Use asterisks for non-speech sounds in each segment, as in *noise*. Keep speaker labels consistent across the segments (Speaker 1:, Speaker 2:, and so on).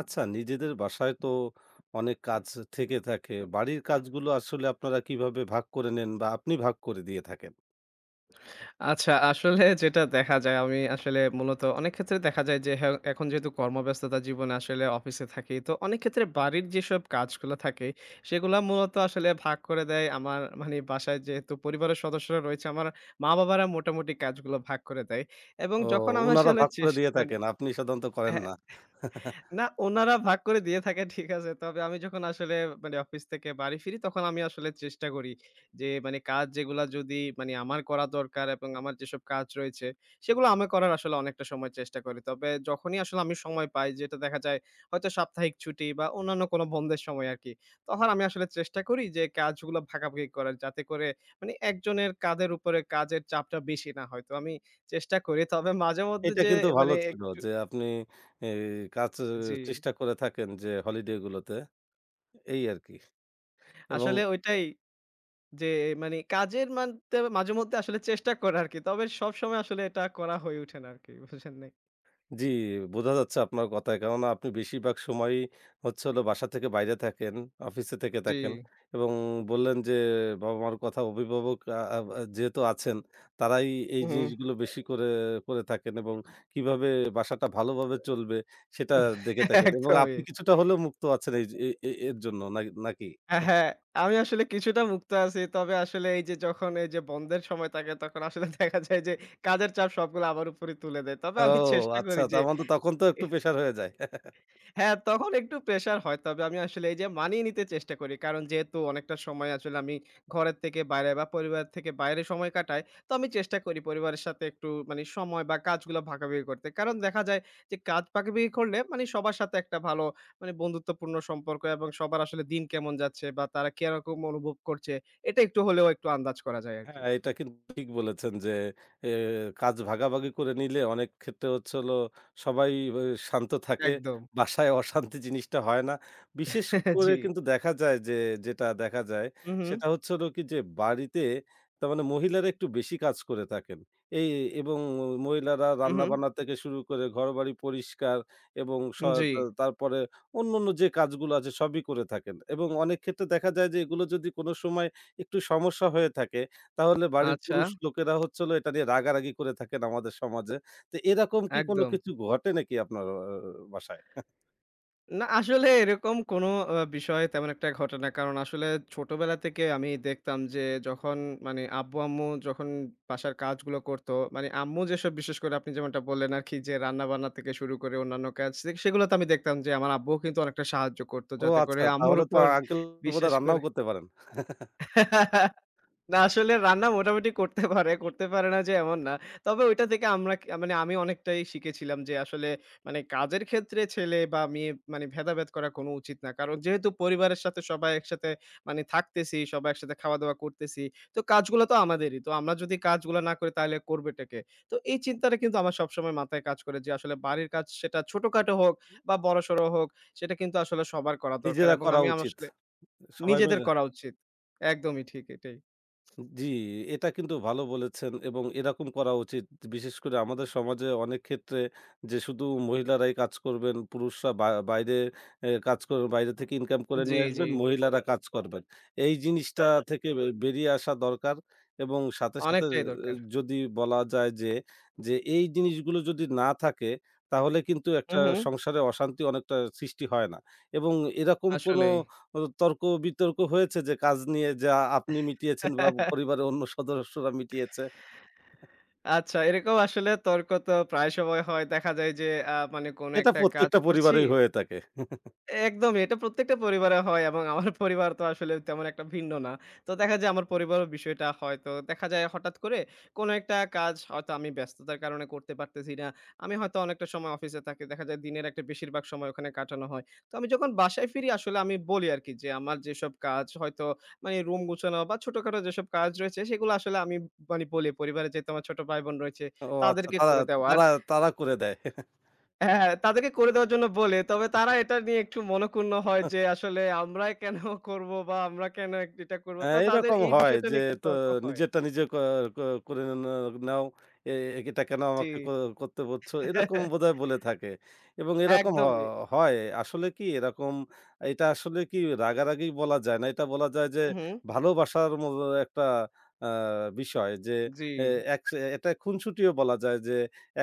Speaker 1: আচ্ছা, নিজেদের বাসায় তো অনেক কাজ থেকে থাকে। বাড়ির কাজগুলো আসলে আপনারা কিভাবে ভাগ করে নেন বা আপনি ভাগ করে দিয়ে থাকেন?
Speaker 2: আচ্ছা, আসলে যেটা দেখা যায় আমি আসলে মূলত অনেক ক্ষেত্রে দেখা যায় যে হ্যাঁ, এখন যেহেতু কর্মব্যস্ততা জীবনে আসলে অফিসে থাকি। তো অনেক ক্ষেত্রে বাড়ির যেসব কাজগুলো থাকে সেগুলা মূলত আসলে ভাগ করে দেয় আমার মানে বাসায় যেহেতু পরিবারের সদস্যরা রয়েছে আমার মা-বাবারা মোটামুটি কাজগুলো ভাগ করে দেয় এবং
Speaker 1: ও
Speaker 2: যখন আমি
Speaker 1: উনারা
Speaker 2: আসলে
Speaker 1: ভাগ করে
Speaker 2: চেস
Speaker 1: দিয়ে
Speaker 2: মানে
Speaker 1: থাকেন, আপনি সাধারণত করেন
Speaker 2: হ্যাঁ।
Speaker 1: না। *laughs*
Speaker 2: না, উনারা ভাগ করে দিয়ে থাকে ঠিক আছে। তবে আমি যখন আসলে মানে অফিস থেকে বাড়ি ফিরি তখন আমি আসলে চেষ্টা করি যে মানে কাজ যেগুলা যদি মানে আমার করা দরকার এবং আমার যেসব কাজ রয়েছে সেগুলো আমি করার আসলে অনেকটা সময় চেষ্টা করি। তবে যখনই আসলে আমি সময় পাই যেটা দেখা যায় হয়তো সাপ্তাহিক ছুটি বা অন্যান্য কোনো বন্ধের সময় আরকি। তখন আমি আসলে চেষ্টা করি যে কাজগুলো ভাগাভাগি করার যাতে করে মানে একজনের কাঁধের উপরে কাজের চাপটা বেশি না হয়। তো আমি চেষ্টা করি। তবে মাঝেমধ্যে
Speaker 1: এটা
Speaker 2: যে
Speaker 1: কিন্তু ভালো
Speaker 2: মানে
Speaker 1: ছিল
Speaker 2: একটু
Speaker 1: যে আপনি এই কাজ
Speaker 2: জি,
Speaker 1: চেষ্টা করে থাকেন যে হলিডে গুলোতে, এই আরকি। এবং
Speaker 2: আসলে ওইটাই যে মানে কাজের মানতে মাঝেমধ্যে আসলে চেষ্টা করা আরকি। তবে সবসময় আসলে এটা করা হয়ে ওঠে না আরকি, বুঝেন নাই?
Speaker 1: জি, বোঝা যাচ্ছে আপনার কথায়। কেননা আপনি বেশিরভাগ সময়ই হচ্ছে হলো বাসা থেকে বাইরে থাকেন, অফিসে থেকে
Speaker 2: জি।
Speaker 1: থাকেন এবং বললেন যে বাবা-মার কথা অভিভাবক আ আ আ যেহেতু আছেন, তারাই এই
Speaker 2: হুম, *laughs*
Speaker 1: জিনিসগুলো বেশি করে করে থাকেন এবং কিভাবে বাসাটা ভালোভাবে চলবে সেটা
Speaker 2: হুম।
Speaker 1: দেখে থাকেন এবং
Speaker 2: একদমই।
Speaker 1: আপনি কিছুটা হলেও মুক্ত আছেন এই যে এ এ এর জন্য, না নাকি?
Speaker 2: হ্যাঁ, হ্যাঁ। আমি আসলে কিছুটা মুক্ত আছি। তবে আসলে এই যে যখন এই যে বন্ধের সময় থাকে তখন আসলে *laughs* দেখা যায় যে কাজের চাপ সবগুলো আমার উপরে তুলে দেয়। তবে
Speaker 1: ও
Speaker 2: আমি চেষ্টা
Speaker 1: আচ্ছা,
Speaker 2: করি যে
Speaker 1: তার মানে তো তখন তো একটু প্রেশার হয়ে যায়।
Speaker 2: হ্যাঁ, তখন একটু প্রেশার হয়। তবে আমি আসলে এই যে মানিয়ে নিতে চেষ্টা করি। কারণ যেহেতু অনেকটা সময় আসলে আমি ঘরের থেকে বাইরে বা পরিবার থেকে বাইরে সময় কাটাই। তো আমি চেষ্টা করি পরিবারের সাথে একটু মানে সময় বা কাজগুলো ভাগাভাগি করতে। কারণ দেখা যায় যে কাজ ভাগাভাগি করলে মানে সবার সাথে একটা ভালো মানে বন্ধুত্বপূর্ণ সম্পর্ক এবং সবার আসলে দিন কেমন যাচ্ছে বা তারা কিরকম অনুভব করছে এটা একটু হলেও একটু আন্দাজ করা যায় আরকি।
Speaker 1: হ্যাঁ, এটা কিন্তু ঠিক বলেছেন যে এ কাজ ভাগাভাগি করে নিলে অনেক ক্ষেত্রে হচ্ছে হলো সবাই অ শান্ত থাকে।
Speaker 2: একদম।
Speaker 1: বাসায় অশান্তি জিনিসটা হয় না। বিশেষ
Speaker 2: *laughs*
Speaker 1: করে
Speaker 2: জি।
Speaker 1: কিন্তু দেখা যায় যেটা দেখা যায়
Speaker 2: হু, হু।
Speaker 1: সেটা হচ্ছে হলো কি যে বাড়িতে তার মানে মহিলারা একটু বেশি কাজ করে থাকেন। এই এবং মহিলারা
Speaker 2: হু, হু।
Speaker 1: রান্নাবান্না থেকে শুরু করে ঘরবাড়ি পরিষ্কার এবং স
Speaker 2: জি।
Speaker 1: তা তারপরে অন্যান্য যে কাজগুলো আছে সবই করে থাকেন এবং অনেক ক্ষেত্রে দেখা যায় যে এগুলো যদি কোনো সময় একটু সমস্যা হয়ে থাকে তাহলে বাড়ির
Speaker 2: আচ্ছা,
Speaker 1: পুরুষ লোকেরা হচ্ছে হলো এটা নিয়ে রাগারাগি করে থাকেন আমাদের সমাজে। তো এরকম কি কোনো
Speaker 2: একদম।
Speaker 1: কিছু ঘটে নাকি আপনার বাসায়?
Speaker 2: না আসলে এরকম কোনো বিষয় তেমন একটা ঘটে না। কারণ আসলে ছোটবেলা থেকে আমি দেখতাম যে যখন মানে আব্বু-আম্মু যখন বাসার কাজগুলো করতো, মানে আম্মু যেসব বিশেষ করে আপনি যেমনটা বললেন আরকি যে রান্না-বান্না থেকে শুরু করে অন্যান্য কাজ সেগুলোতে আমি দেখতাম যে আমার আব্বুও কিন্তু অনেকটা সাহায্য করতো।
Speaker 1: ও
Speaker 2: যাতে
Speaker 1: আচ্ছা,
Speaker 2: করে আম্মুর
Speaker 1: তাহলে তো
Speaker 2: উপর
Speaker 1: আঙ্কেল বোধহয়
Speaker 2: বিশেষ
Speaker 1: রান্নাও
Speaker 2: করে
Speaker 1: করতে পারেন।
Speaker 2: না আসলে রান্না মোটামুটি করতে পারে, করতে পারে না যে এমন না। তবে ওইটা থেকে আমরা মানে আমি অনেকটাই শিখেছিলাম যে আসলে মানে কাজের ক্ষেত্রে ছেলে বা মেয়ে মানে ভেদাভেদ করা কোনো উচিত না। কারণ যেহেতু পরিবারের সাথে সবাই একসাথে মানে থাকতেছি, সবাই একসাথে খাওয়া-দাওয়া করতেছি। তো কাজগুলো তো আমাদেরই। তো আমরা যদি কাজগুলো না করি তাহলে করবেটা কে? তো এই চিন্তাটা কিন্তু আমার সবসময় মাথায় কাজ করে যে আসলে বাড়ির কাজ সেটা ছোটখাটো হোক বা বড়সড় হোক সেটা কিন্তু আসলে সবার করা দরকার
Speaker 1: নিজেরা
Speaker 2: এবং
Speaker 1: করা
Speaker 2: আমি আমার
Speaker 1: উচিত।
Speaker 2: আসলে
Speaker 1: সবাই
Speaker 2: নিজেদের
Speaker 1: মিলে।
Speaker 2: করা উচিত। একদমই ঠিক এটাই।
Speaker 1: জি, এটা কিন্তু ভালো বলেছেন এবং এরকম করা উচিত। বিশেষ করে আমাদের সমাজে অনেক ক্ষেত্রে যে শুধু মহিলারাই কাজ করবেন, পুরুষরা বা বাইরে কাজ করবেন, বাইরে থেকে ইনকাম করে
Speaker 2: জি,
Speaker 1: নিয়ে
Speaker 2: জি।
Speaker 1: আসবেন, মহিলারা কাজ করবেন। এই জিনিসটা, হ্যাঁ, হ্যাঁ, থেকে বেরিয়ে আসা দরকার এবং সাথে, সাথে
Speaker 2: অনেকটাই দরকার।
Speaker 1: যদি বলা যায় যে, যে এই জিনিসগুলো যদি না থাকে তাহলে কিন্তু
Speaker 2: হু,
Speaker 1: একটা
Speaker 2: হু।
Speaker 1: সংসারে অশান্তি অনেকটা সৃষ্টি হয় না এবং এরকম কোনো
Speaker 2: আসলেই।
Speaker 1: তর্ক বিতর্ক হয়েছে যে কাজ নিয়ে যা আপনি মিটিয়েছেন বা
Speaker 2: *laughs*
Speaker 1: পরিবারের অন্য সদস্যরা মিটিয়েছে।
Speaker 2: আচ্ছা এরকম আসলে তর্ক তো প্রায় সময় হয়। দেখা যায় যে মানে কোনো
Speaker 1: এটা
Speaker 2: একটা কাজ
Speaker 1: প্রত্যেকটা
Speaker 2: করছি
Speaker 1: পরিবারেই হয়ে থাকে।
Speaker 2: একদমই। এটা প্রত্যেকটা পরিবারে হয় এবং আমার *laughs* পরিবার তো আসলে তেমন একটা ভিন্ন না। তো দেখা যায় আমার পরিবারও বিষয়টা হয়তো দেখা যায় হঠাৎ করে কোনো একটা কাজ হয়তো আমি ব্যস্ততার কারণে করতে পারতেছি না। আমি হয়তো অনেকটা সময় অফিসে থাকি। দেখা যায় দিনের একটা বেশিরভাগ সময় ওখানে কাটানো হয়। তো আমি যখন বাসায় ফিরি আসলে আমি বলি আরকি যে আমার যেসব কাজ হয়তো মানে রুম গুছানো বা ছোটখাটো যেসব কাজ রয়েছে সেগুলো আসলে আমি মানে বলি পরিবারে যেহেতু আমার ছোট ভাই-বোন রয়েছে
Speaker 1: ও আচ্ছা,
Speaker 2: তাদেরকে
Speaker 1: তারা
Speaker 2: করে দেওয়া।
Speaker 1: তারা তারা করে দেয়।
Speaker 2: হ্যাঁ, হ্যাঁ, তাদেরকে করে দেওয়ার জন্য বলে। তবে তারা এটা নিয়ে একটু মনঃক্ষুণ্ণ হয় যে আসলে আমরাই কেন করব বা আমরা কেন এটা করব।
Speaker 1: হ্যাঁ,
Speaker 2: তো তাদের
Speaker 1: এরকম
Speaker 2: এই
Speaker 1: হয়
Speaker 2: বিষয়টা
Speaker 1: যে
Speaker 2: নিয়ে একটু
Speaker 1: তো
Speaker 2: তর্ক হয়।
Speaker 1: নিজেরটা নিজে ক ক করে না, নাও। এ এ- এটা কেন
Speaker 2: জি।
Speaker 1: আমাকে করতে বলছো? এরকম
Speaker 2: *laughs*
Speaker 1: বোধহয় বলে থাকে। এবং এরকম হ
Speaker 2: একদমই।
Speaker 1: হয়। আসলে কি এরকম, এটা আসলে কি রাগারাগি বলা যায় না। এটা বলা যায় যে
Speaker 2: হু, হু।
Speaker 1: ভালোবাসার একটা আ বিষয় যে
Speaker 2: জি।
Speaker 1: এ এক এটা খুনসুটিও বলা যায় যে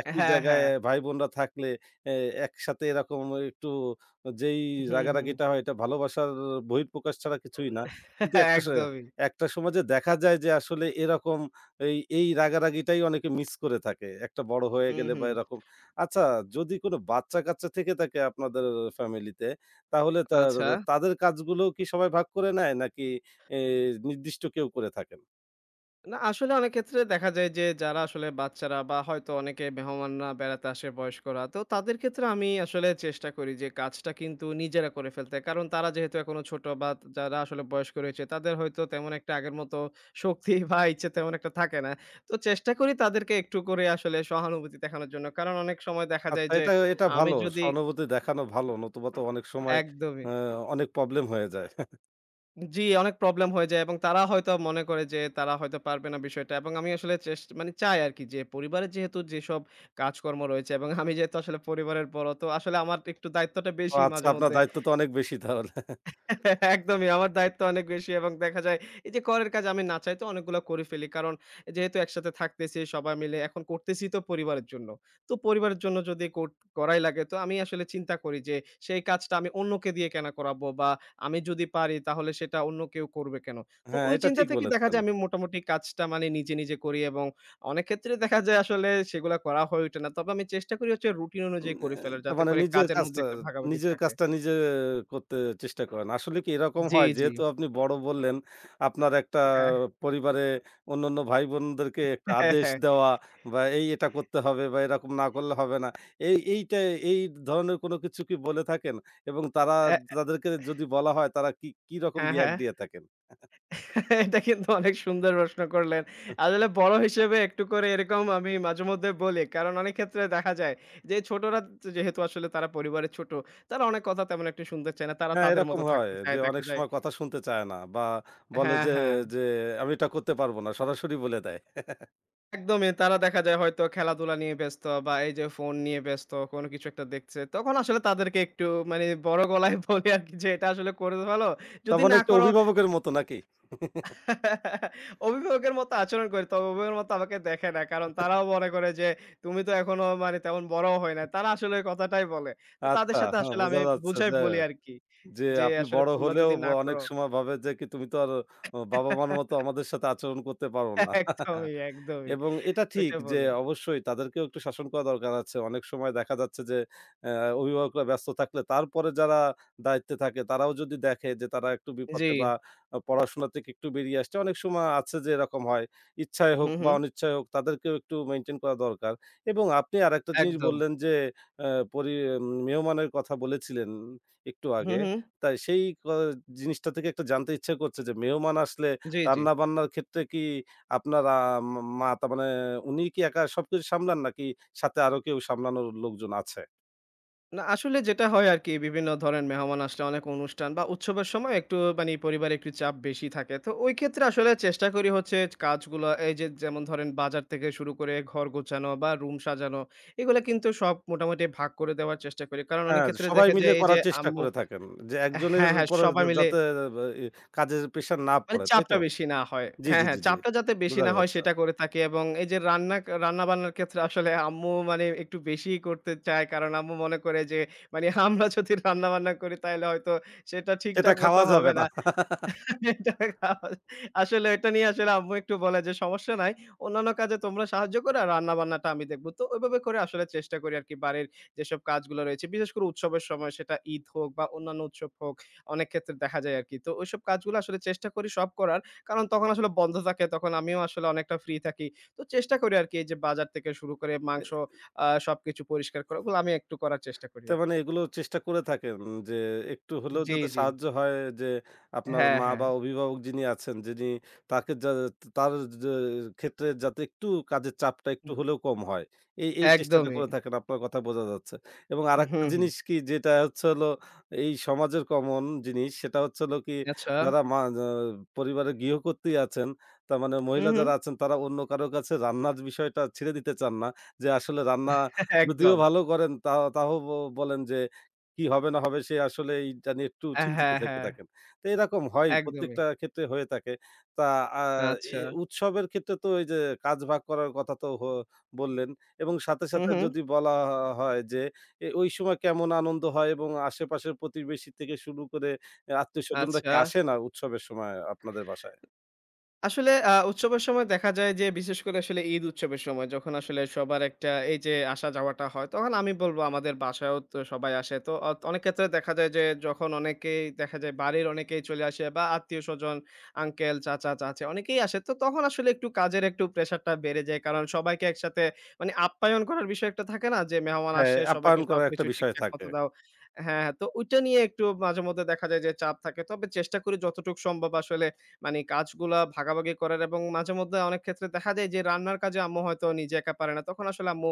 Speaker 1: একই
Speaker 2: হ্যাঁ,
Speaker 1: জায়গায়
Speaker 2: হ্যাঁ।
Speaker 1: ভাই-বোনরা থাকলে এ একসাথে এরকম একটু যেই
Speaker 2: হু, হু।
Speaker 1: রাগারাগিটা হয় এটা ভালোবাসার বহিঃপ্রকাশ ছাড়া কিছুই না। কিন্তু
Speaker 2: *laughs* একদমই।
Speaker 1: একটা সমাজে দেখা যায় যে আসলে এরকম এই রাগারাগিটাই অনেকে মিস করে থাকে। একটা বড় হয়ে
Speaker 2: হু,
Speaker 1: গেলে
Speaker 2: হু।
Speaker 1: বা এরকম। আচ্ছা, যদি কোনো বাচ্চা-কাচ্চা থেকে থাকে আপনাদের ফ্যামিলিতে তাহলে
Speaker 2: আচ্ছা।
Speaker 1: তাদের কাজগুলোও কি সবাই ভাগ করে নেয়? নাকি এ নির্দিষ্ট কেউ করে থাকেন?
Speaker 2: না, আসলে অনেক ক্ষেত্রে দেখা যায় যে যারা আসলে বাচ্চারা বা হয়তো অনেকে মেহমানরা বেড়াতে আসে বয়স্করা, তো তাদের ক্ষেত্রে আমি আসলে চেষ্টা করি যে কাজটা কিন্তু নিজেরা করে ফেলতে। কারণ তারা যেহেতু এখনো ছোট বা যারা আসলে বয়স্ক রয়েছে তাদের হয়তো তেমন একটা আগের মতো শক্তি *laughs* বা ইচ্ছে তেমন একটা থাকে না। তো চেষ্টা করি তাদেরকে একটু করে আসলে সহানুভূতি দেখানোর জন্য। কারণ অনেক সময় দেখা যায়
Speaker 1: আচ্ছা,
Speaker 2: যে
Speaker 1: এটা
Speaker 2: আমি
Speaker 1: ভালো।
Speaker 2: যদি
Speaker 1: সহানুভূতি দেখানো ভালো। নতুবা তো অনেক সময়
Speaker 2: একদমই।
Speaker 1: আ অনেক প্রবলেম হয়ে যায়।
Speaker 2: জি, অনেক প্রবলেম হয়ে যায় এবং তারা হয়তো মনে করে যে তারা হয়তো পারবে না বিষয়টা এবং আমি আসলে মানে চাই আরকি যে পরিবারের যেহেতু যেসব কাজকর্ম রয়েছে এবং আমি যেহেতু আসলে পরিবারের বড় তো আসলে আমার একটু দায়িত্বটা
Speaker 1: ও
Speaker 2: বেশি
Speaker 1: আচ্ছা, আপনার
Speaker 2: মাঝেমধ্যে।
Speaker 1: দায়িত্ব তো অনেক বেশি তাহলে।
Speaker 2: একদমই আমার দায়িত্ব অনেক বেশি এবং দেখা যায় এই যে করের কাজ আমি না চাইতে অনেকগুলো করে ফেলি। কারণ যেহেতু একসাথে থাকতেছি সবাই মিলে এখন করতেছি তো পরিবারের জন্য। তো পরিবারের জন্য যদি করাই লাগে তো আমি আসলে চিন্তা করি যে সেই কাজটা আমি অন্যকে দিয়ে কেন করাবো বা আমি যদি পারি তাহলে সেটা অন্য কেউ করবে কেন? তো
Speaker 1: হ্যাঁ,
Speaker 2: ওই
Speaker 1: এটা
Speaker 2: চিন্তা
Speaker 1: ঠিক
Speaker 2: থেকে দেখা
Speaker 1: বলেছেন।
Speaker 2: যায় আমি মোটামুটি কাজটা মানে নিজে, নিজে করি এবং অনেক ক্ষেত্রে দেখা যায় আসলে সেগুলা করা হয়ে ওঠে না। তবে আমি চেষ্টা করি হচ্ছে রুটিন
Speaker 1: উম
Speaker 2: অনুযায়ী
Speaker 1: এ
Speaker 2: করে ফেলার
Speaker 1: তার
Speaker 2: যাতে
Speaker 1: মানে
Speaker 2: করে
Speaker 1: নিজের
Speaker 2: কাজের মধ্যে
Speaker 1: কাজটা
Speaker 2: একটা ভাগাভাগি
Speaker 1: নিজের
Speaker 2: থাকে।
Speaker 1: কাজটা নিজে করতে চেষ্টা করেন। আসলে কি এরকম
Speaker 2: জি,
Speaker 1: হয়?
Speaker 2: জি।
Speaker 1: যেহেতু আপনি বড় বললেন, আপনার একটা
Speaker 2: হ্যাঁ,
Speaker 1: পরিবারে অন্যান্য ভাই-বোনদেরকে
Speaker 2: *laughs*
Speaker 1: একটা
Speaker 2: হ্যাঁ,
Speaker 1: আদেশ
Speaker 2: হ্যাঁ।
Speaker 1: দেওয়া বা এটা করতে হবে বা এরকম না করলে হবে না। এই এইটা এই ধরনের কোনো কিছু কি বলে থাকেন? এবং
Speaker 2: অ্যা
Speaker 1: তাদেরকে যদি বলা হয় তারা কি কি রকম
Speaker 2: হ্যাঁ,
Speaker 1: রিঅ্যাক্ট
Speaker 2: হ্যাঁ।
Speaker 1: দিয়ে থাকেন?
Speaker 2: এটা কিন্তু অনেক সুন্দর প্রশ্ন করলেন। আসলে বড় হিসেবে একটু করে এরকম আমি মাঝেমধ্যে বলি। কারণ অনেক ক্ষেত্রে দেখা যায় যে ছোটরা যেহেতু আসলে তারা পরিবারের ছোট, তারা অনেক কথা তেমন একটু শুনতে চায় না। তারা
Speaker 1: হ্যাঁ,
Speaker 2: তাদের
Speaker 1: এরকম
Speaker 2: মতো
Speaker 1: হয়
Speaker 2: থাকতে চায়
Speaker 1: যে
Speaker 2: দেখা
Speaker 1: অনেক
Speaker 2: যায়
Speaker 1: সময় কথা শুনতে চায় না বা বলে
Speaker 2: হ্যাঁ,
Speaker 1: যে,
Speaker 2: হ্যাঁ।
Speaker 1: যে আমি এটা করতে পারব না। সরাসরি বলে দেয়।
Speaker 2: একদমই তারা দেখা যায় হয়তো খেলাধুলা নিয়ে ব্যস্ত বা এই যে ফোন নিয়ে ব্যস্ত, কোনো কিছু একটা দেখছে। তখন আসলে তাদেরকে একটু মানে বড় গলায় *laughs* বলি আরকি যে, "এটা আসলে করে ভালো।
Speaker 1: তার
Speaker 2: যদি
Speaker 1: মানে
Speaker 2: না
Speaker 1: একটু
Speaker 2: করো
Speaker 1: অভিভাবকের মতো নাকি?
Speaker 2: অভিভাবকের মতো আচরণ করে। তবে অভিভাবকের মতো আমাকে দেখে না। কারণ তারাও মনে করে যে, "তুমি তো এখনো মানে তেমন বড়ও হয় নাই।" তারা আসলে ওই কথাটাই বলে। তো তাদের
Speaker 1: আচ্ছা,
Speaker 2: সাথে
Speaker 1: হ্যাঁ,
Speaker 2: আসলে
Speaker 1: বোঝা
Speaker 2: আমি
Speaker 1: যাচ্ছে
Speaker 2: বুঝাই
Speaker 1: যে,
Speaker 2: বলি আরকি।
Speaker 1: যে
Speaker 2: যে
Speaker 1: আপনি
Speaker 2: আসলে
Speaker 1: বড়
Speaker 2: তোমরা
Speaker 1: হলেও
Speaker 2: যদি না
Speaker 1: অনেক
Speaker 2: করো
Speaker 1: সময় ভাবে যে কি তুমি তো আর বাবা-মার মতো
Speaker 2: *laughs*
Speaker 1: আমাদের সাথে আচরণ করতে পারো না। *laughs*
Speaker 2: একদমই, একদমই।
Speaker 1: এবং এটা ঠিক
Speaker 2: ওইটা
Speaker 1: যে
Speaker 2: বলে।
Speaker 1: অবশ্যই তাদেরকেও একটু শাসন করা দরকার আছে। অনেক সময় দেখা যাচ্ছে যে অ্যা অভিভাবকরা ব্যস্ত থাকলে তারপরে যারা দায়িত্বে থাকে তারাও যদি দেখে যে তারা একটু
Speaker 2: জি।
Speaker 1: বিপথে বা পড়াশোনা থেকে একটু বেরিয়ে আসছে, অনেক সময় আছে যে এরকম হয়। ইচ্ছায় হোক
Speaker 2: হুম,
Speaker 1: বা
Speaker 2: হুম।
Speaker 1: অনিচ্ছায় হোক তাদেরকেও একটু মেইনটেইন করা দরকার। এবং আপনি আরেকটা জিনিস
Speaker 2: একদম।
Speaker 1: বললেন যে অ্যা পরি মেহমানের কথা বলেছিলেন একটু
Speaker 2: হুম,
Speaker 1: আগে।
Speaker 2: হুম।
Speaker 1: তাই সেই জিনিসটা থেকে একটা জানতে ইচ্ছে করছে যে মেহমান আসলে
Speaker 2: জি, জি।
Speaker 1: রান্না-বান্নার ক্ষেত্রে কি আপনার মা মা তার মানে উনিই কি একা সবকিছু সামলান নাকি সাথে আরো কেউ সামলানোর লোকজন আছে?
Speaker 2: না আসলে যেটা হয় আরকি বিভিন্ন ধরেন মেহমান আসলে অনেক অনুষ্ঠান বা উৎসবের সময় একটু মানে পরিবারে একটু চাপ বেশি থাকে। তো ওই ক্ষেত্রে আসলে চেষ্টা করি হচ্ছে কাজগুলো এই যে যেমন ধরেন বাজার থেকে শুরু করে ঘর গোছানো বা রুম সাজানো এগুলো কিন্তু সব মোটামুটি ভাগ করে দেওয়ার চেষ্টা করি। কারণ অনেক
Speaker 1: হ্যাঁ,
Speaker 2: ক্ষেত্রে
Speaker 1: সবাই
Speaker 2: দেখা
Speaker 1: মিলে
Speaker 2: যায় এই যে
Speaker 1: করার চেষ্টা
Speaker 2: আম্মু
Speaker 1: করে থাকেন। যে একজনের
Speaker 2: হ্যাঁ, হ্যাঁ
Speaker 1: উপরে
Speaker 2: সবাই মিলে
Speaker 1: যাতে বা কাজের প্রেশার না
Speaker 2: মানে
Speaker 1: পড়ে, তাই তো?
Speaker 2: চাপটা বেশি না হয়।
Speaker 1: জি,
Speaker 2: হ্যাঁ,
Speaker 1: জি,
Speaker 2: হ্যাঁ,
Speaker 1: জি, জি।
Speaker 2: চাপটা যাতে বেশি
Speaker 1: বোঝা
Speaker 2: না হয়
Speaker 1: যাচ্ছে।
Speaker 2: সেটা করে থাকি এবং এই যে রান্না-বান্নার ক্ষেত্রে আসলে আম্মু মানে একটু বেশিই করতে চায়। কারণ আম্মু মনে করে যে মানে আমরা যদি রান্না-বান্না করি তাইলে হয়তো সেটা
Speaker 1: সেটা
Speaker 2: ঠিকঠাক মতো
Speaker 1: খাওয়া যাবে
Speaker 2: হবে
Speaker 1: না।
Speaker 2: না।
Speaker 1: *laughs*
Speaker 2: এটা খাওয়া আসলে এটা নিয়ে আসলে আম্মু একটু বলে যে, "সমস্যা নাই। অন্যান্য কাজে তোমরা সাহায্য করো, আর রান্না-বান্নাটা আমি দেখব।" তো ওইভাবে করে আসলে চেষ্টা করি আরকি বাড়ির যেসব কাজগুলো রয়েছে, বিশেষ করে উৎসবের সময় সেটা ঈদ হোক বা অন্যান্য উৎসব হোক, অনেক ক্ষেত্রে দেখা যায় আরকি। তো ওইসব কাজগুলো আসলে চেষ্টা করি সব করার। কারণ তখন আসলে বন্ধ থাকে, তখন আমিও আসলে অনেকটা ফ্রি থাকি। তো চেষ্টা করি আরকি এই যে বাজার থেকে শুরু করে মাংস সবকিছু পরিষ্কার করা, ওগুলো আমি একটু করার চেষ্টা করি
Speaker 1: তার মানে
Speaker 2: আরকি।
Speaker 1: এগুলো চেষ্টা করে থাকেন যে একটু হলেও
Speaker 2: জি,
Speaker 1: যাতে
Speaker 2: জি।
Speaker 1: সাহায্য হয়, যে আপনার
Speaker 2: হ্যাঁ,
Speaker 1: মা
Speaker 2: হ্যাঁ।
Speaker 1: বা অভিভাবক যিনি আছেন, তাকে তার যে ক্ষেত্রে যাতে একটু কাজের চাপটা একটু
Speaker 2: হুম,
Speaker 1: হলেও কম হয়, এই এই চেষ্টাটা
Speaker 2: একদমই।
Speaker 1: করে থাকেন, আপনার কথা বোঝা যাচ্ছে। এবং আরেকটা
Speaker 2: হুম, হুম।
Speaker 1: জিনিস কি যেটা হচ্ছে হলো এই সমাজের কমন জিনিস সেটা হচ্ছে হলো কি
Speaker 2: আচ্ছা।
Speaker 1: যারা মা পরিবারের গৃহকর্ত্রী আছেন তার মানে
Speaker 2: হুম,
Speaker 1: মহিলা
Speaker 2: হুম।
Speaker 1: যারা আছেন তারা অন্য কারো কাছে রান্নার বিষয়টা ছেড়ে দিতে চান না, যে আসলে রান্না
Speaker 2: *laughs*
Speaker 1: যদিও
Speaker 2: একদম।
Speaker 1: ভালো করেন তাও বলেন যে কি হবে না হবে সে আসলে এইটা নিয়ে একটু
Speaker 2: হ্যাঁ,
Speaker 1: চিন্তিত থেকে
Speaker 2: হ্যাঁ,
Speaker 1: থাকেন। তো এরকম হয়,
Speaker 2: একদমই।
Speaker 1: প্রত্যেকটা ক্ষেত্রে হয়ে থাকে। তা আ এ
Speaker 2: আচ্ছা,
Speaker 1: উৎসবের ক্ষেত্রে তো এই যে কাজ ভাগ করার কথা তো বললেন এবং সাথে,
Speaker 2: হুম,
Speaker 1: সাথে
Speaker 2: হুম।
Speaker 1: যদি বলা হয় যে ওই সময় কেমন আনন্দ হয় এবং আশেপাশের প্রতিবেশী থেকে শুরু করে আত্মীয়স্বজনরা কি
Speaker 2: আচ্ছা।
Speaker 1: আসে না উৎসবের সময় আপনাদের বাসায়?
Speaker 2: আসলে উৎসবের সময় দেখা যায় যে বিশেষ করে আসলে ঈদ উৎসবের সময় যখন আসলে সবার একটা এই যে আসা যাওয়াটা হয় তখন আমি বলব আমাদের বাসায়ও তো সবাই আসে। তো অনেক ক্ষেত্রে দেখা যায় যে যখন অনেকেই দেখা যায় বাড়ির অনেকেই চলে আসে বা আত্মীয়স্বজন আঙ্কেল, চাচা, চাচী অনেকেই আসে। তো তখন আসলে একটু কাজের একটু প্রেশারটা বেড়ে যায়। কারণ সবাইকে একসাথে মানে আপ্যায়ন করার বিষয় একটা থাকে না যে মেহমান
Speaker 1: হ্যাঁ,
Speaker 2: আসে
Speaker 1: আপ্যায়ন
Speaker 2: সবাইকে
Speaker 1: করার একটা
Speaker 2: সবকিছু
Speaker 1: বিষয়
Speaker 2: ঠিকঠাক
Speaker 1: থাকে।
Speaker 2: মতো দাও হ্যাঁ, হ্যাঁ। তো ওইটা নিয়ে একটু মাঝেমধ্যে দেখা যায় যে চাপ থাকে। তবে চেষ্টা করি যতটুকু সম্ভব আসলে মানে কাজগুলা ভাগাভাগি করার এবং মাঝেমধ্যে অনেক ক্ষেত্রে দেখা যায় যে রান্নার কাজে আম্মু হয়তো নিজে একা পারে না। তখন আসলে আম্মু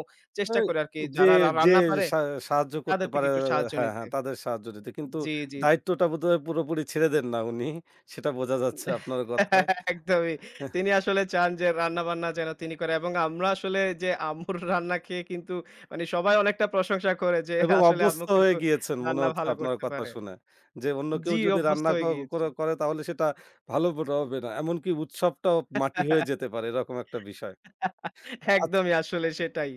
Speaker 1: এ
Speaker 2: চেষ্টা করে আরকি
Speaker 1: যে,
Speaker 2: যারা রা
Speaker 1: যে
Speaker 2: রান্না পারে
Speaker 1: সা সাহায্য করতে
Speaker 2: তাদের থেকে
Speaker 1: পারে,
Speaker 2: একটু সাহায্য
Speaker 1: হ্যাঁ,
Speaker 2: নিতে।
Speaker 1: হ্যাঁ, তাদের সাহায্য নিতে। কিন্তু
Speaker 2: জি, জি।
Speaker 1: দায়িত্বটা বোধহয় পুরোপুরি ছেড়ে দেন না উনি। সেটা বোঝা যাচ্ছে আপনার কথায়।
Speaker 2: *laughs* একদমই।
Speaker 1: *laughs* হ্যাঁ,
Speaker 2: তিনি আসলে চান যে রান্না-বান্না যেন তিনি করে এবং আমরা আসলে যে আম্মুর রান্না খেয়ে কিন্তু মানে সবাই অনেকটা প্রশংসা করে যে
Speaker 1: এবং
Speaker 2: আসলে আম্মু
Speaker 1: অভ্যস্ত হয়ে
Speaker 2: কিন্তু
Speaker 1: গিয়েছেন মনে
Speaker 2: রান্না
Speaker 1: হচ্ছে
Speaker 2: ভালো
Speaker 1: আপনার
Speaker 2: করতে
Speaker 1: কথা
Speaker 2: পারে।
Speaker 1: শুনে। যে অন্য কেউ
Speaker 2: জি,
Speaker 1: যদি
Speaker 2: অভ্যস্ত
Speaker 1: রান্না
Speaker 2: হয়ে গিয়েছি।
Speaker 1: করে করে তাহলে সেটা ভালো হবে না। এমনকি উৎসবটাও মাটি হয়ে
Speaker 2: *laughs*
Speaker 1: যেতে পারে এরকম একটা বিষয়। আ
Speaker 2: একদমই আসলে সেটাই।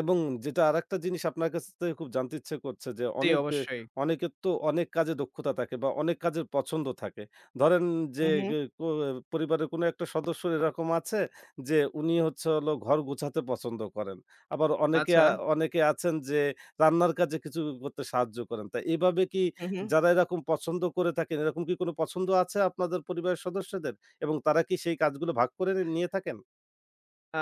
Speaker 1: এবং যেটা আরেকটা জিনিস আপনার কাছ থেকে খুব জানতে ইচ্ছে করছে যে
Speaker 2: জি, অবশ্যই।
Speaker 1: অনেকের তো অনেক কাজে দক্ষতা থাকে বা অনেক কাজের পছন্দ থাকে। ধরেন যে
Speaker 2: হু, হু।
Speaker 1: গে কো পরিবারের কোনো একটা সদস্য এরকম আছে যে উনি হচ্ছে হলো ঘর গোছাতে পছন্দ করেন। আবার অনেকে
Speaker 2: আচ্ছা।
Speaker 1: আ অনেকে আছেন যে রান্নার কাজে কিছু করতে সাহায্য করেন। তা এভাবে কি
Speaker 2: হু, হু।
Speaker 1: যারা এরকম পছন্দ করে থাকেন, এরকম কি কোনো পছন্দ আছে আপনাদের পরিবারের সদস্যদের? এবং তারা কি সেই কাজগুলো ভাগ করে নিয়ে থাকেন?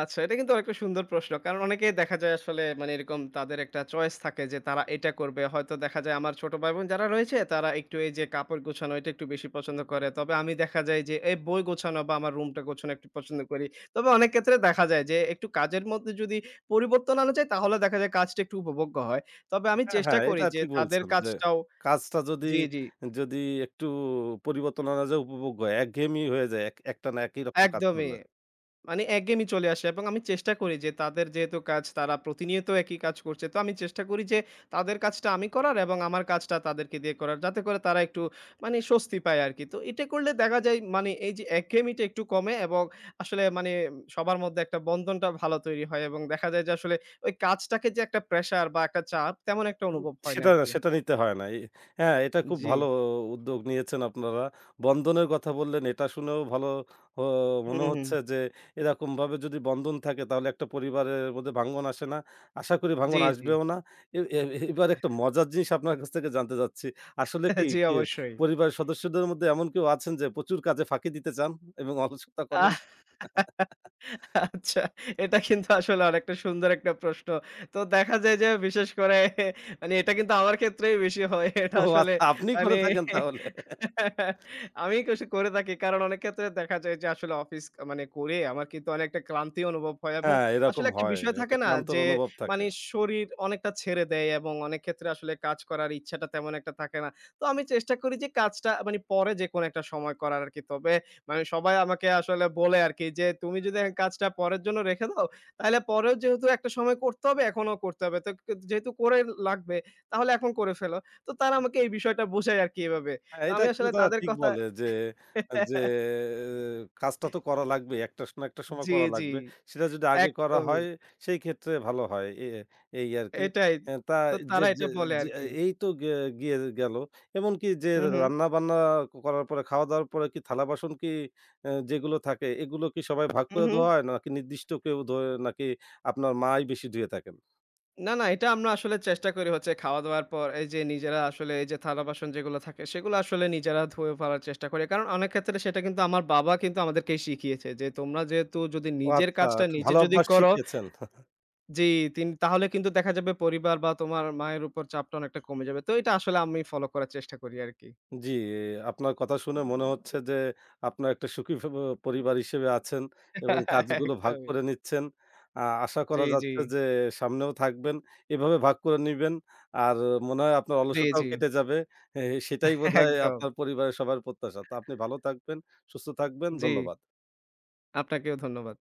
Speaker 2: আচ্ছা, এটা কিন্তু আরেকটা সুন্দর প্রশ্ন। কারণ অনেকেই দেখা যায় আসলে মানে এরকম তাদের একটা চয়েস থাকে যে তারা এটা করবে। হয়তো দেখা যায় আমার ছোট ভাই-বোন যারা রয়েছে তারা একটু এই যে কাপড় গোছানো এটা একটু বেশি পছন্দ করে। তবে আমি দেখা যায় যে এই বই গোছানো বা আমার রুমটা গোছানো একটু পছন্দ করি। তবে অনেক ক্ষেত্রে দেখা যায় যে একটু কাজের মধ্যে যদি পরিবর্তন আনা যায় তাহলে দেখা যায় কাজটা একটু উপভোগ্য হয়। তবে আমি
Speaker 1: হ্যাঁ,
Speaker 2: চেষ্টা
Speaker 1: হ্যাঁ,
Speaker 2: করি
Speaker 1: এটা
Speaker 2: যে
Speaker 1: ঠিক
Speaker 2: তাদের
Speaker 1: বলছেন যে
Speaker 2: কাজটাও
Speaker 1: কাজটা যদি,
Speaker 2: জি, জি।
Speaker 1: যদি একটু পরিবর্তন আনা যায় উপভোগ্য হয়। একঘেয়েমি হয়ে যায় একটানা একই রকম কাজ
Speaker 2: একদমই।
Speaker 1: করলে।
Speaker 2: মানে একঘেয়েমি চলে আসে এবং আমি চেষ্টা করি যে তাদের যেহেতু কাজ তারা প্রতিনিয়ত একই কাজ করছে তো আমি চেষ্টা করি যে তাদের কাজটা আমি করার এবং আমার কাজটা তাদেরকে দিয়ে করার যাতে করে তারা একটু মানে স্বস্তি পায় আর কি তো এটা করলে দেখা যায় মানে এই যে একঘেয়েমিটা একটু কমে এবং আসলে মানে সবার মধ্যে একটা বন্ধনটা ভালো তৈরি হয় এবং দেখা যায় যে আসলে ওই কাজটাকে যে একটা প্রেসার বা একটা চাপ তেমন একটা
Speaker 1: উম
Speaker 2: অনুভব হয় না
Speaker 1: সেটা
Speaker 2: আর
Speaker 1: না,
Speaker 2: কি।
Speaker 1: সেটা নিতে হয় না। হ্যাঁ, এটা খুব
Speaker 2: জি।
Speaker 1: ভালো উদ্যোগ নিয়েছেন আপনারা। বন্ধনের কথা বললেন, এটা শুনেও ভালো ও মনে
Speaker 2: হুম, হুম।
Speaker 1: হচ্ছে যে এরকমভাবে যদি বন্ধন থাকে তাহলে একটা পরিবারের মধ্যে ভাঙ্গন আসে না। আশা করি
Speaker 2: জি,
Speaker 1: ভাঙ্গন
Speaker 2: জি।
Speaker 1: আসবেও না। এ এ এবার একটা মজার জিনিস আপনার কাছ থেকে জানতে চাচ্ছি। আসলে কি
Speaker 2: *laughs* জি অবশ্যই।
Speaker 1: পরিবারের সদস্যদের মধ্যে এমন কেউ আছেন যে প্রচুর কাজে ফাঁকি দিতে চান এবং অলসতা করেন?
Speaker 2: আচ্ছা, এটা কিন্তু আসলে অনেকটা সুন্দর একটা প্রশ্ন। তো দেখা যায় যে বিশেষ করে মানে এটা কিন্তু আমার ক্ষেত্রেই বেশি হয়। এটা
Speaker 1: ও
Speaker 2: আসলে
Speaker 1: আচ্ছা, আপনিই
Speaker 2: মানে
Speaker 1: করে থাকেন তাহলে।
Speaker 2: আমি কিছু করে থাকি। কারণ অনেক ক্ষেত্রে দেখা যায় যে আসলে অফিস মানে করে আমার কিন্তু অনেকটা ক্লান্তি অনুভব হয় এবং
Speaker 1: হ্যাঁ, এরকম
Speaker 2: আসলে একটা
Speaker 1: হয়।
Speaker 2: বিষয়
Speaker 1: একটা
Speaker 2: থাকে না
Speaker 1: ক্লান্তর
Speaker 2: যে
Speaker 1: অনুভব থাকে।
Speaker 2: মানে শরীর অনেকটা ছেড়ে দেয় এবং অনেক ক্ষেত্রে আসলে কাজ করার ইচ্ছাটা তেমন একটা থাকে না। তো আমি চেষ্টা করি যে কাজটা মানে পরে যেকোনো একটা সময় করার আরকি। তবে মানে সবাই আমাকে আসলে বলে আরকি যে, "তুমি যদি এখন কাজটা পরের জন্য রেখে দাও, তাহলে পরেও যেহেতু একটা সময় করতে হবে, এখনো করতে হবে। তো ক যেহেতু করে লাগবে তাহলে এখন করে ফেলো।" তো তারা আমাকে এই বিষয়টা বোঝায় আরকি এভাবে।
Speaker 1: হ্যাঁ,
Speaker 2: তো
Speaker 1: এটা
Speaker 2: আমি
Speaker 1: কিন্তু
Speaker 2: আসলে
Speaker 1: তারা
Speaker 2: তাদের
Speaker 1: ঠিক
Speaker 2: কথা
Speaker 1: বলে যে, কাজটা তো করা লাগবে। একটা না একটা সময়
Speaker 2: জি,
Speaker 1: করা
Speaker 2: জি,
Speaker 1: লাগবে। সেটা যদি আগে করা
Speaker 2: একদমই।
Speaker 1: হয় সেই ক্ষেত্রে ভালো হয়। এই আরকি।
Speaker 2: এটাই।
Speaker 1: অ্যা তা
Speaker 2: তো
Speaker 1: যে
Speaker 2: তারা
Speaker 1: যে
Speaker 2: এটা বলে
Speaker 1: যে
Speaker 2: আরকি।
Speaker 1: এই তো গিয়ে গেল। এমনকি যে
Speaker 2: হুম, হুম,
Speaker 1: রান্না-বান্না করার পরে, খাওয়া-দাওয়ার পরে কি থালা-বাসন কি যেগুলো থাকে এগুলো কি সবাই ভাগ
Speaker 2: হুম,
Speaker 1: করে
Speaker 2: হুম।
Speaker 1: ধোয়া হয়? নাকি নির্দিষ্ট কেউ ধোয়? নাকি আপনার মাই বেশি ধুয়ে থাকেন?
Speaker 2: না, না এটা আমরা আসলে চেষ্টা করি হচ্ছে খাওয়া-দাওয়ার পর এই যে নিজেরা আসলে এই যে থালা-বাসন যেগুলো থাকে সেগুলো আসলে নিজেরা ধুয়ে ফেলার চেষ্টা করি। কারণ অনেক ক্ষেত্রে সেটা কিন্তু আমার বাবা কিন্তু আমাদেরকে শিখিয়েছে যে তোমরা যেহেতু যদি
Speaker 1: ও
Speaker 2: নিজের
Speaker 1: আচ্ছা,
Speaker 2: কাজটা
Speaker 1: একটা
Speaker 2: নিজে
Speaker 1: ভালো
Speaker 2: যদি
Speaker 1: অভ্যাস
Speaker 2: করো
Speaker 1: শিখিয়েছেন।
Speaker 2: জি, তাহলে কিন্তু দেখা যাবে পরিবার বা তোমার মায়ের উপর চাপটা অনেকটা কমে যাবে। তো এটা আসলে আমি ফলো করার চেষ্টা করি আরকি।
Speaker 1: জি, আপনার কথা শুনে মনে হচ্ছে যে আপনার একটা সুখী পরিবার হিসেবে আছেন এবং
Speaker 2: *laughs*
Speaker 1: কাজগুলো ভাগ
Speaker 2: একদমই।
Speaker 1: করে নিচ্ছেন। আশা
Speaker 2: জি,
Speaker 1: করা
Speaker 2: জি।
Speaker 1: যাচ্ছে যে সামনেও থাকবেন। এভাবে ভাগ করে নিবেন। আর মনে হয় আপনার
Speaker 2: জি,
Speaker 1: অলসতাও
Speaker 2: জি।
Speaker 1: কেটে যাবে। এ সেটাই
Speaker 2: *laughs*
Speaker 1: বোধহয়
Speaker 2: একদম।
Speaker 1: আপনার পরিবারের সবার প্রত্যাশা। তো আপনি ভালো থাকবেন, সুস্থ থাকবেন।
Speaker 2: জি,
Speaker 1: ধন্যবাদ।
Speaker 2: আপনাকেও ধন্যবাদ।